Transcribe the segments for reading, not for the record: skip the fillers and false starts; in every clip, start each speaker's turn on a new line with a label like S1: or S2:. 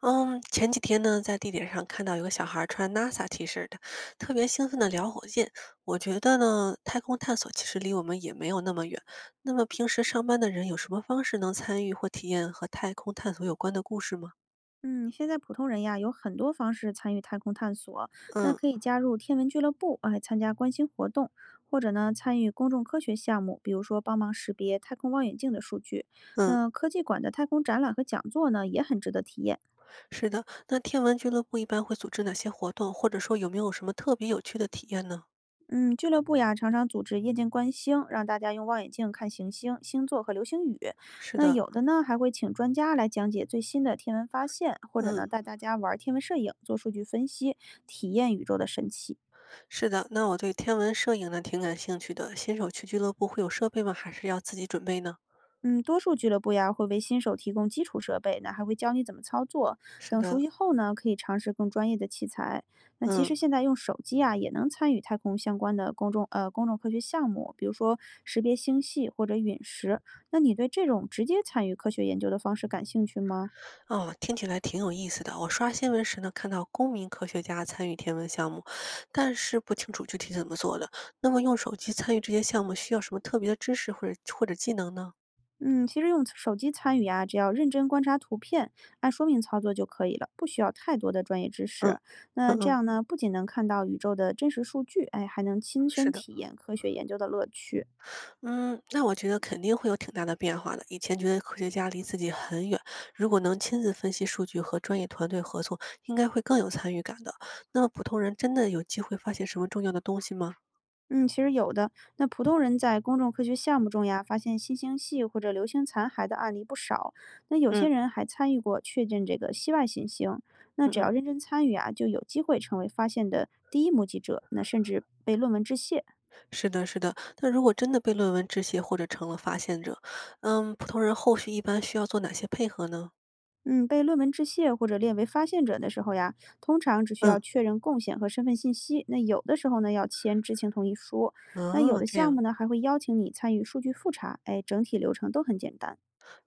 S1: 嗯，前几天呢，在地铁上看到有个小孩儿穿 NASA T 恤的，特别兴奋的聊火箭。我觉得呢，太空探索其实离我们也没有那么远。那么平时上班的人有什么方式能参与或体验和太空探索有关的故事吗？
S2: 嗯，现在普通人呀有很多方式参与太空探索，那
S1: 嗯
S2: 可以加入天文俱乐部，哎，参加观星活动，或者呢参与公众科学项目，比如说帮忙识别太空望远镜的数据。
S1: 嗯，
S2: 那科技馆的太空展览和讲座呢也很值得体验。
S1: 是的。那天文俱乐部一般会组织哪些活动，或者说有没有什么特别有趣的体验呢？
S2: 嗯，俱乐部呀常常组织夜间观星，让大家用望远镜看行星、星座和流星雨。
S1: 是
S2: 那
S1: 的。
S2: 有的呢还会请专家来讲解最新的天文发现，或者呢
S1: 嗯，
S2: 带大家玩天文摄影，做数据分析，体验宇宙的神奇。
S1: 是的，那我对天文摄影呢挺感兴趣的。新手去俱乐部会有设备吗？还是要自己准备呢？
S2: 嗯，多数俱乐部呀会为新手提供基础设备，那还会教你怎么操作。
S1: 是
S2: 等熟
S1: 的，
S2: 悉后呢，可以尝试更专业的器材。那其
S1: 嗯。
S2: 实现在用手机啊，也能参与太空相关的公众科学项目，比如说识别星系或者陨石。那你对这种直接参与科学研究的方式感兴趣吗？
S1: 哦，听起来挺有意思的。我刷新闻时呢，看到公民科学家参与天文项目，但是不清楚具体怎么做的。那么用手机参与这些项目需要什么特别的知识或者技能呢？
S2: 嗯，其实用手机参与呀、只要认真观察图片，按说明操作就可以了，不需要太多的专业知
S1: 嗯
S2: 识。那
S1: 嗯
S2: 这
S1: 嗯，
S2: 样呢，不仅能看到宇宙的真实数据，哎，还能亲身
S1: 是的，
S2: 体验科学研究的乐趣。
S1: 嗯，那我觉得肯定会有挺大的变化的。以前觉得科学家离自己很远，如果能亲自分析数据和专业团队合作，应该会更有参与感的。那么普通人真的有机会发现什么重要的东西吗？
S2: 嗯，其实有的。那普通人在公众科学项目中呀，发现新星系或者流星残骸的案例不少。那有些
S1: 嗯
S2: 人还参与过确认这个系外行星。那
S1: 嗯
S2: 只要
S1: 嗯。
S2: 认真参与啊，就有机会成为发现的第一目击者，那甚至被论文致谢。
S1: 是的，是的。那如果真的被论文致谢或者成了发现者，嗯，普通人后续一般需要做哪些配合呢？
S2: 嗯，被论文致谢或者列为发现者的时候呀，通常只需要
S1: 嗯，
S2: 确认贡献和身份信息。那有的时候呢，要签知情同意书。那有
S1: 哦，
S2: 的
S1: 这
S2: 项
S1: 样
S2: 目呢，还会邀请你参与数据复查。哎，整体流程都很简单。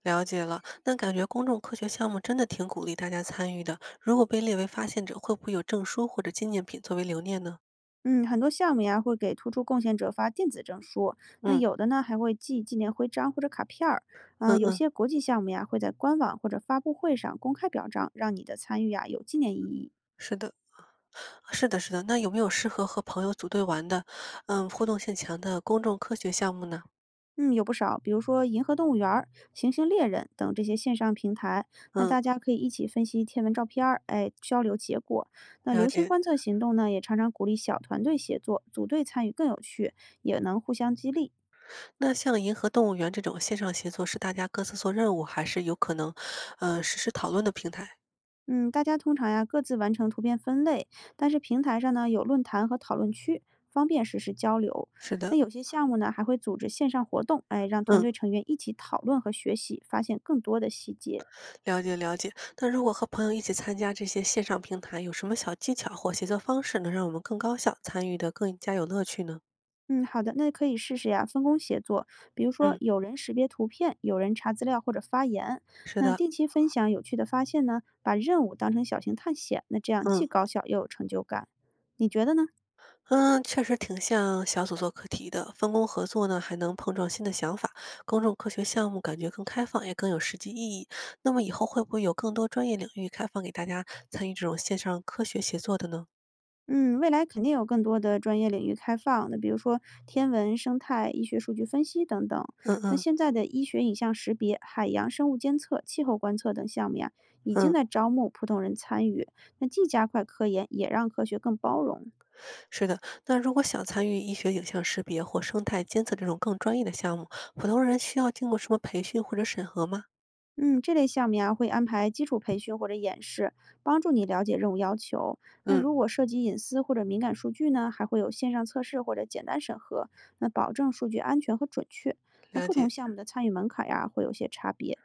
S1: 了解了。那感觉公众科学项目真的挺鼓励大家参与的。如果被列为发现者，会不会有证书或者纪念品作为留念呢？
S2: 嗯，很多项目呀会给突出贡献者发电子证书，那
S1: 嗯
S2: 有的呢还会寄纪念徽章或者卡片儿。啊、
S1: 嗯
S2: 有
S1: 嗯，
S2: 些国际项目呀会在官网或者发布会上公开表彰，让你的参与呀有纪念意义。
S1: 是的，是的，是的。那有没有适合和朋友组队玩的，嗯，互动性强的公众科学项目呢？
S2: 嗯，有不少，比如说银河动物园儿、行星猎人等这些线上平台，那
S1: 嗯，
S2: 大家可以一起分析天文照片儿，哎，交流结果。那
S1: 了
S2: 流星
S1: 解。
S2: 观测行动呢，也常常鼓励小团队协作，组队参与更有趣，也能互相激励。
S1: 那像银河动物园这种线上协作，是大家各自做任务，还是有可能，实时讨论的平台？
S2: 嗯，大家通常呀各自完成图片分类，但是平台上呢有论坛和讨论区，方便实时交流。
S1: 是
S2: 那
S1: 的，
S2: 有些项目呢还会组织线上活动，哎，让团
S1: 嗯，
S2: 队成员一起讨论和学习，发现更多的细节。
S1: 了解了解。那如果和朋友一起参加这些线上平台，有什么小技巧或协作方式能让我们更高效，参与的更加有乐趣呢？
S2: 嗯，好的，那可以试试呀，分工协作，比如说
S1: 嗯，
S2: 有人识别图片，有人查资料或者发言。
S1: 是
S2: 那
S1: 的，
S2: 定期分享有趣的发现呢，把任务当成小型探险，那这样既
S1: 嗯。
S2: 高效又有成就感。你觉得呢？
S1: 嗯，确实挺像小组做课题的，分工合作呢，还能碰撞新的想法。公众科学项目感觉更开放，也更有实际意义。那么以后会不会有更多专业领域开放给大家参与这种线上科学协作的呢？
S2: 嗯，未来肯定有更多的专业领域开放，那比如说天文、生态、医学数据分析等等。
S1: 嗯
S2: 那
S1: 嗯
S2: 现在的医学影像识别、海洋生物监测、气候观测等项目呀，已经
S1: 嗯，
S2: 在招募普通人参与，那既加快科研，也让科学更包容。
S1: 是的。那如果想参与医学影像识别或生态监测这种更专业的项目，普通人需要经过什么培训或者审核吗？
S2: 嗯，这类项目呀，会安排基础培训或者演示，帮助你了解任务要求。那
S1: 嗯，
S2: 如果涉及隐私或者敏感数据呢，还会有线上测试或者简单审核，那保证数据安全和准确。那
S1: 了
S2: 不同
S1: 解。
S2: 项目的参与门槛呀，会有些差别。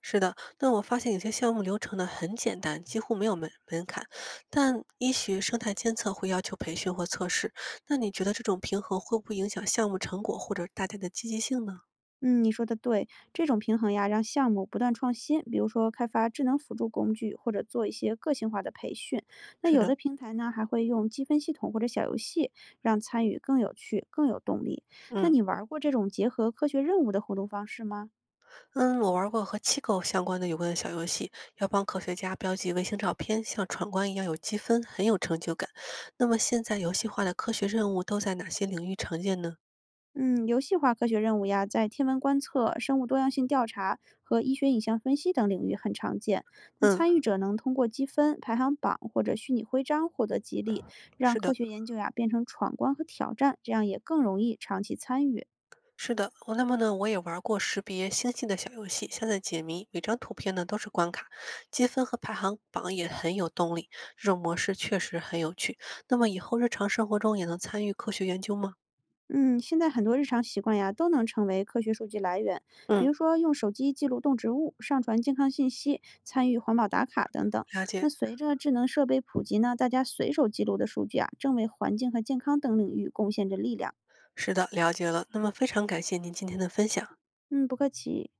S1: 是的，那我发现有些项目流程呢很简单，几乎没有门槛，但医学生态监测会要求培训或测试。那你觉得这种平衡会不会影响项目成果或者大家的积极性呢？
S2: 嗯，你说的对，这种平衡呀，让项目不断创新，比如说开发智能辅助工具，或者做一些个性化的培训。那
S1: 是
S2: 有
S1: 的，
S2: 的平台呢，还会用积分系统或者小游戏，让参与更有趣、更有动力。那
S1: 嗯
S2: 你玩儿过这种结合科学任务的互动方式吗？
S1: 嗯，我玩过和机构相关的有关的小游戏，要帮科学家标记卫星照片，像闯关一样有积分，很有成就感。那么现在游戏化的科学任务都在哪些领域常见呢？
S2: 嗯，游戏化科学任务呀，在天文观测、生物多样性调查和医学影像分析等领域很常见。那
S1: 嗯，
S2: 参与者能通过积分、排行榜或者虚拟徽章获得激励，让
S1: 是
S2: 科
S1: 的。
S2: 学研究呀变成闯关和挑战，这样也更容易长期参与。
S1: 是的，我那么呢，我也玩过识别星系的小游戏，像在解谜，每张图片呢都是关卡，积分和排行榜也很有动力。这种模式确实很有趣。那么以后日常生活中也能参与科学研究吗？
S2: 嗯，现在很多日常习惯呀都能成为科学数据来源，比
S1: 嗯，
S2: 如说用手机记录动植物、上传健康信息、参与环保打卡等等。
S1: 了
S2: 那
S1: 解，
S2: 随着智能设备普及呢，大家随手记录的数据啊，正为环境和健康等领域贡献着力量。
S1: 是的，了解了。那么非常感谢您今天的分享。
S2: 嗯，不客气。